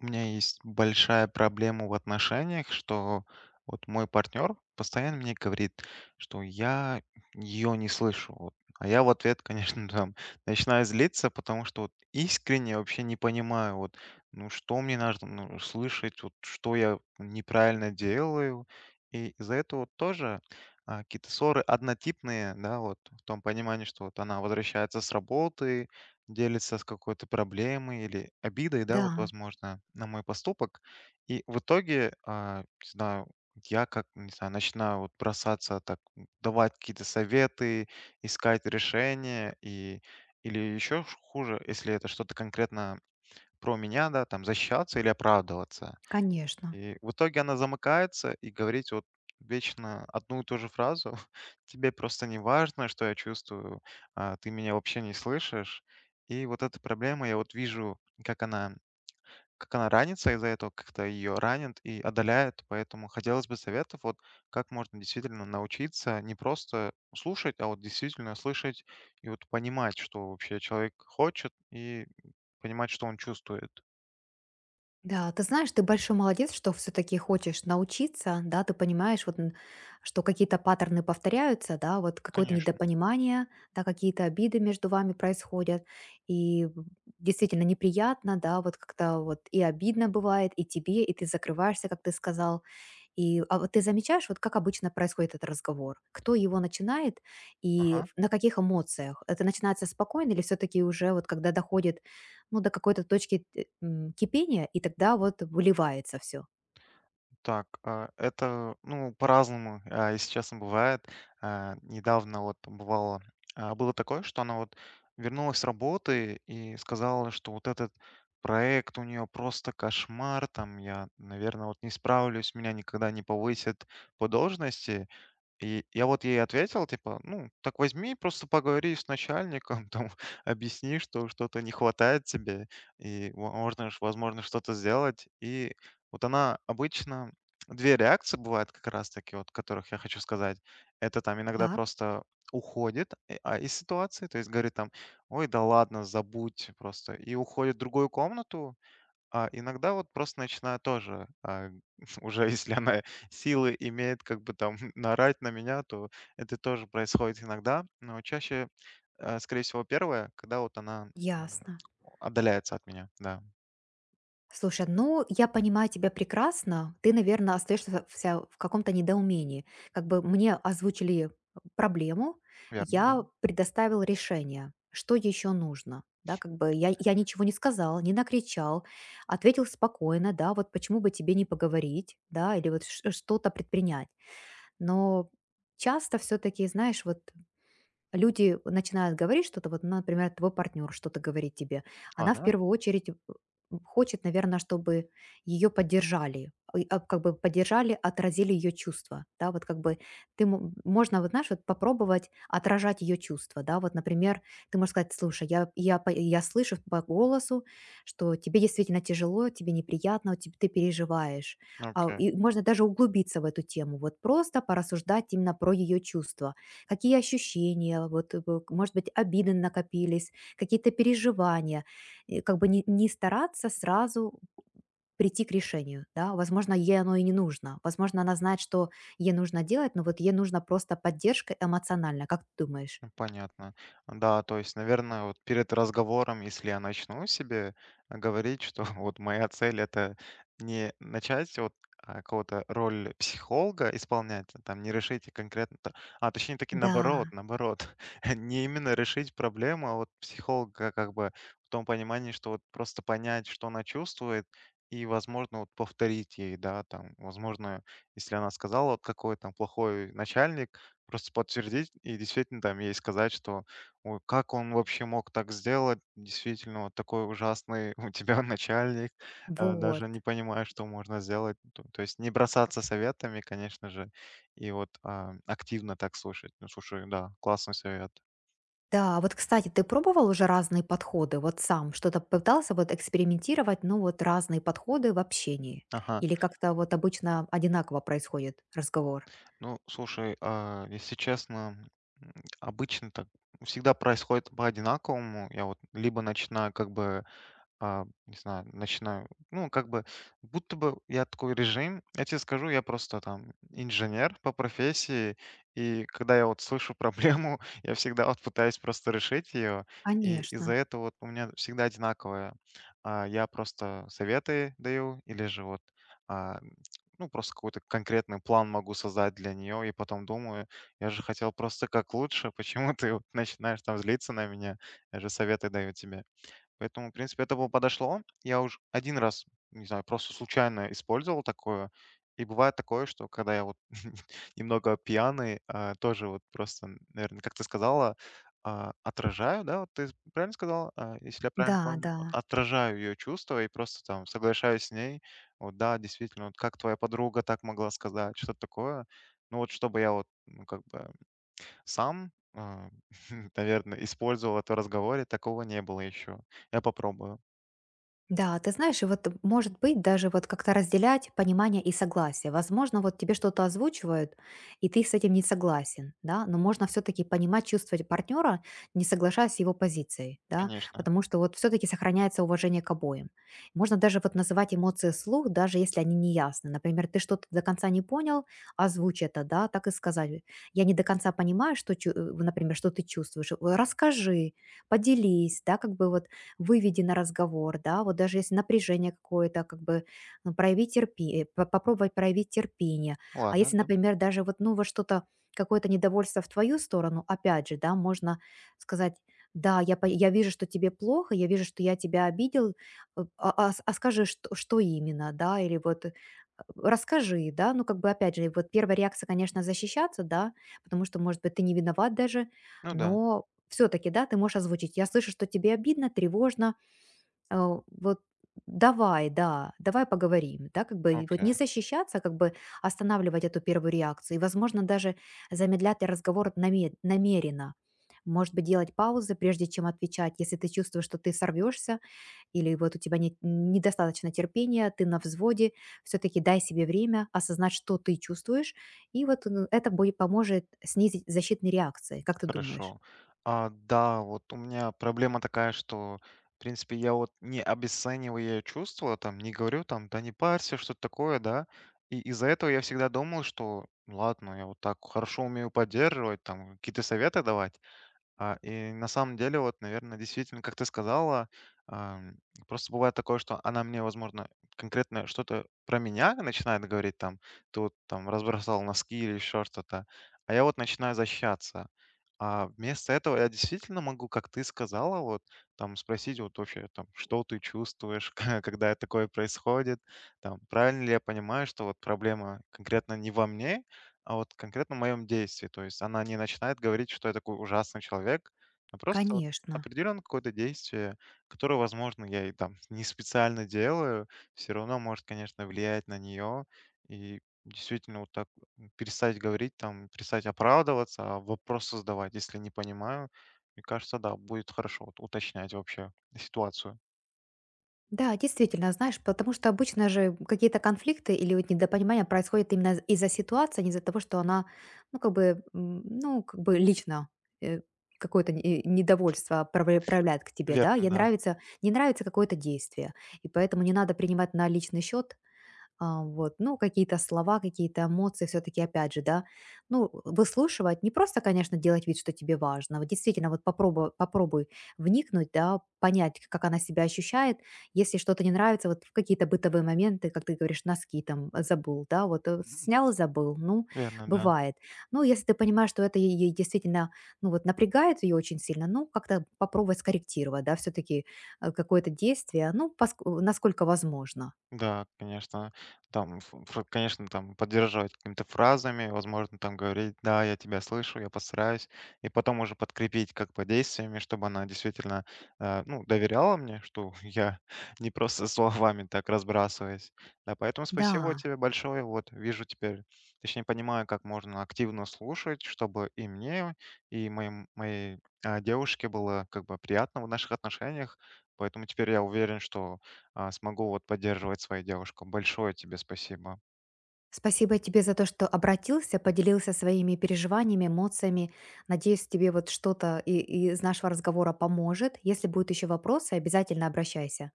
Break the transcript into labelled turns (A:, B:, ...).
A: У меня есть большая проблема в отношениях, что вот мой партнер постоянно мне говорит, что я ее не слышу. Вот. А я в ответ, конечно, там начинаю злиться, потому что вот искренне вообще не понимаю, вот, ну что мне надо, ну, слышать, вот, что я неправильно делаю. И из-за этого вот тоже а, какие-то ссоры однотипные, да, вот в том понимании, что вот она возвращается с работы, делится с какой-то проблемой или обидой, да, вот,
B: Да,
A: возможно, на мой поступок. И в итоге, а, не знаю, я как, не знаю, начинаю вот бросаться так, давать какие-то советы, искать решения, и или еще хуже, если это что-то конкретно про меня, да, там защищаться или оправдываться.
B: конечно.
A: И в итоге она замыкается и говорит вот вечно одну и ту же фразу. Тебе просто не важно, что я чувствую, а, ты меня вообще не слышишь. И вот эта проблема, я вот вижу, как она ранится из-за этого, как-то ее ранит и одоляет. Поэтому хотелось бы советов, вот как можно действительно научиться не просто слушать, а вот действительно слышать и вот понимать, что вообще человек хочет, и понимать, что он чувствует.
B: Да, ты знаешь, ты большой молодец, что все-таки хочешь научиться, да, ты понимаешь, вот, что какие-то паттерны повторяются, да, вот какое-то
A: Конечно.
B: недопонимание, да, какие-то обиды между вами происходят, и в- действительно неприятно, да, вот как-то вот и обидно бывает, и тебе, и ты закрываешься, как ты сказал. И вот ты замечаешь, вот как обычно происходит этот разговор? Кто его начинает и
A: Ага.
B: на каких эмоциях? Это начинается спокойно или все-таки уже вот когда доходит ну, до какой-то точки кипения, и тогда вот выливается все?
A: Так, а, это, ну, по-разному, а, если честно, бывает. А, недавно вот бывало, а, было такое, что она вот вернулась с работы и сказала, что вот этот проект у нее просто кошмар, там я, наверное, вот не справлюсь, меня никогда не повысят по должности. И я вот ей ответил, типа, ну, так возьми, просто поговори с начальником, там, объясни, что что-то не хватает тебе, и можно, возможно, что-то сделать. И вот она обычно... Две реакции бывают как раз-таки, вот, которых я хочу сказать. Это там иногда
B: Так,
A: просто уходит а, из ситуации, то есть говорит там, ой, да ладно, забудь просто, и уходит в другую комнату, а иногда вот просто начинаю тоже, а, уже если она силы имеет как бы там наорать на меня, то это тоже происходит иногда. Но чаще, скорее всего, первое, когда вот она, м,
B: ясно.
A: отдаляется от меня. Да,
B: Слушай, ну, я понимаю тебя прекрасно. Ты, наверное, остаешься вся в каком-то недоумении. Как бы мне озвучили проблему,
A: верно, да.
B: я предоставил решение, что еще нужно. Да, как бы я ничего не сказал, не накричал, ответил спокойно, да, вот почему бы тебе не поговорить, да, или вот что-то предпринять. Но часто все-таки, знаешь, вот люди начинают говорить что-то, вот, например, твой партнер что-то говорит тебе,
A: А,
B: она в
A: да?
B: первую очередь хочет, наверное, чтобы ее поддержали, и как бы поддержали, отразили ее чувства, да, вот как бы ты можно, вот знаешь, вот попробовать отражать ее чувства, да, вот, например, ты можешь сказать, слушай, я слышу по голосу, что тебе действительно тяжело, тебе неприятно, вот тебе, ты переживаешь. А,
A: Окей.
B: и можно даже углубиться в эту тему, вот просто порассуждать именно про ее чувства, какие ощущения, вот, э, б может быть, обиды накопились, какие-то переживания. И как бы не стараться сразу прийти к решению, да. Возможно, ей оно и не нужно. Возможно, она знает, что ей нужно делать, но вот ей нужна просто поддержка эмоциональная. Как ты думаешь?
A: Ну, понятно. Да, то есть, наверное, вот перед разговором, если я начну себе говорить, что вот моя цель это не начать вот а, какого-то роль психолога исполнять, а, там не решите конкретно, а точнее таки,
B: Да,
A: наоборот, наоборот, не именно решить проблему, а вот психолога как бы в том понимании, что вот просто понять, что она чувствует, и, возможно, вот повторить ей, да, там, возможно, если она сказала вот какой там плохой начальник, просто подтвердить и действительно там ей сказать, что ой, как он вообще мог так сделать, действительно, вот такой ужасный у тебя начальник,
B: вот.
A: даже не понимая, что можно сделать. То есть не бросаться советами, конечно же, и вот а, активно так слушать. Ну, слушай, да, классный совет.
B: Да, вот, кстати, ты пробовал уже разные подходы? Вот сам что-то пытался вот экспериментировать, ну, вот разные подходы в общении?
A: Ага,
B: Или как-то вот обычно одинаково происходит разговор?
A: ну, слушай, а, если честно, м, обычно так всегда происходит по одинаковому. Я вот либо начинаю как бы а, не знаю, начинаю, ну, как бы, будто бы я такой режим, я тебе скажу, я просто там инженер по профессии, и когда я вот слышу проблему, я всегда вот пытаюсь просто решить ее, и из-за
B: Конечно.
A: этого вот у меня всегда одинаковое. А, я просто советы даю, или же вот, а, ну, просто какой-то конкретный план могу создать для нее, и потом думаю, я же хотел просто как лучше, почему ты вот начинаешь там злиться на меня, я же советы даю тебе. Поэтому, в принципе, это было подошло. Я уж один раз, не знаю, просто случайно использовал такое. И бывает такое, что когда я вот немного пьяный, а, тоже вот просто, наверное, как ты сказала, а, отражаю, да, вот ты правильно сказала. А, если я
B: Да,
A: правильно помню?
B: да.
A: Вот отражаю ее чувства и просто там соглашаюсь с ней. Вот да, действительно, вот как твоя подруга так могла сказать, что-то такое. Ну вот чтобы я вот, ну, как бы сам, наверное, наверно, использовал это в разговоре, такого не было еще. Я попробую.
B: Да, ты знаешь, и вот, может быть, даже вот как-то разделять понимание и согласие. Возможно, вот тебе что-то озвучивают, и ты с этим не согласен, да, но можно все-таки понимать, чувствовать партнера, не соглашаясь с его позицией, да,
A: Конечно.
B: потому что вот все-таки сохраняется уважение к обоим. Можно даже вот называть эмоции вслух, даже если они не ясны. Например, ты что-то до конца не понял, озвучь это, да, так и сказать. Я не до конца понимаю, что, например, что ты чувствуешь. Расскажи, поделись, да, как бы вот выведи на разговор, да, вот даже если напряжение какое-то, как бы ну, попробовать проявить терпение. А
A: Ладно,
B: если,
A: да.
B: например, даже вот, ну, во что-то, какое-то недовольство в твою сторону, опять же, да, можно сказать, да, я вижу, что тебе плохо, я вижу, что я тебя обидел, скажи, что, именно, да, или вот расскажи, да, ну, как бы, опять же, вот первая реакция, конечно, защищаться, да, потому что, может быть, ты не виноват даже,
A: Ну да.
B: но все таки да, ты можешь озвучить. Я слышу, что тебе обидно, тревожно. Вот давай, да, давай поговорим, да, как бы и вот
A: Окей,
B: не защищаться, как бы останавливать эту первую реакцию и, возможно, даже замедлять разговор намеренно. Может быть, делать паузы, прежде чем отвечать, если ты чувствуешь, что ты сорвешься или вот у тебя нет недостаточно терпения, ты на взводе, все-таки дай себе время осознать, что ты чувствуешь, и вот это будет, поможет снизить защитные реакции, как ты думаешь?
A: хорошо. А, да, вот у меня проблема такая, что, в принципе, я вот не обесцениваю чувства, там, не говорю, там: "Да не парься", что-то такое, да. И из-за этого я всегда думал, что: ну, "Ладно, я вот так хорошо умею поддерживать, там, какие-то советы давать". А, и на самом деле, вот, наверное, действительно, как ты сказала, ам, просто бывает такое, что она мне, возможно, конкретно что-то про меня начинает говорить, там, ты вот там разбросал носки или еще что-то, а я вот начинаю защищаться. А вместо этого я действительно могу, как ты сказала, вот там спросить вот вообще там, что ты чувствуешь, когда такое происходит, там, правильно ли я понимаю, что вот проблема конкретно не во мне, а вот конкретно в моем действии. То есть она не начинает говорить, что я такой ужасный человек, а просто вот
B: Конечно.
A: определенно какое-то действие, которое, возможно, я и там не специально делаю, все равно может, конечно, влиять на нее. И действительно вот так перестать говорить, там, перестать оправдываться, а вопросы задавать, если не понимаю. Мне кажется, да, будет хорошо вот уточнять вообще ситуацию.
B: Да, действительно, знаешь, потому что обычно же какие-то конфликты или вот недопонимания происходят именно из-за ситуации, а не из-за того, что она, ну, как бы, ну, как бы лично э, какое-то недовольство проявляет к тебе, да,
A: Верно,
B: ей
A: да.
B: нравится, не нравится какое-то действие, и поэтому не надо принимать на личный счет вот, ну, какие-то слова, какие-то эмоции все-таки, опять же, да, ну, выслушивать, не просто, конечно, делать вид, что тебе важно, вот действительно, вот попробуй, попробуй вникнуть, да, понять, как она себя ощущает, если что-то не нравится, вот в какие-то бытовые моменты, как ты говоришь, носки там забыл, да, вот снял и забыл, ну,
A: Верно, да.
B: бывает. Ну, если ты понимаешь, что это ей действительно, ну, вот напрягает ее очень сильно, ну, как-то попробовать скорректировать, да, все-таки какое-то действие, ну, насколько возможно.
A: Да, конечно. Там, конечно, там поддерживать какими-то фразами, возможно, там говорить, да, я тебя слышу, я постараюсь, и потом уже подкрепить как бы действиями, чтобы она действительно, ну, доверяла мне, что я не просто словами так разбрасываюсь. Да, поэтому спасибо
B: Да.
A: тебе большое. Вот вижу теперь, точнее понимаю, как можно активно слушать, чтобы и мне, и моей а, девушке было как бы приятно в наших отношениях. Поэтому теперь я уверен, что а, смогу вот поддерживать свою девушку. Большое тебе спасибо.
B: Спасибо тебе за то, что обратился, поделился своими переживаниями, эмоциями. Надеюсь, тебе вот что-то и из нашего разговора поможет. Если будут еще вопросы, обязательно обращайся.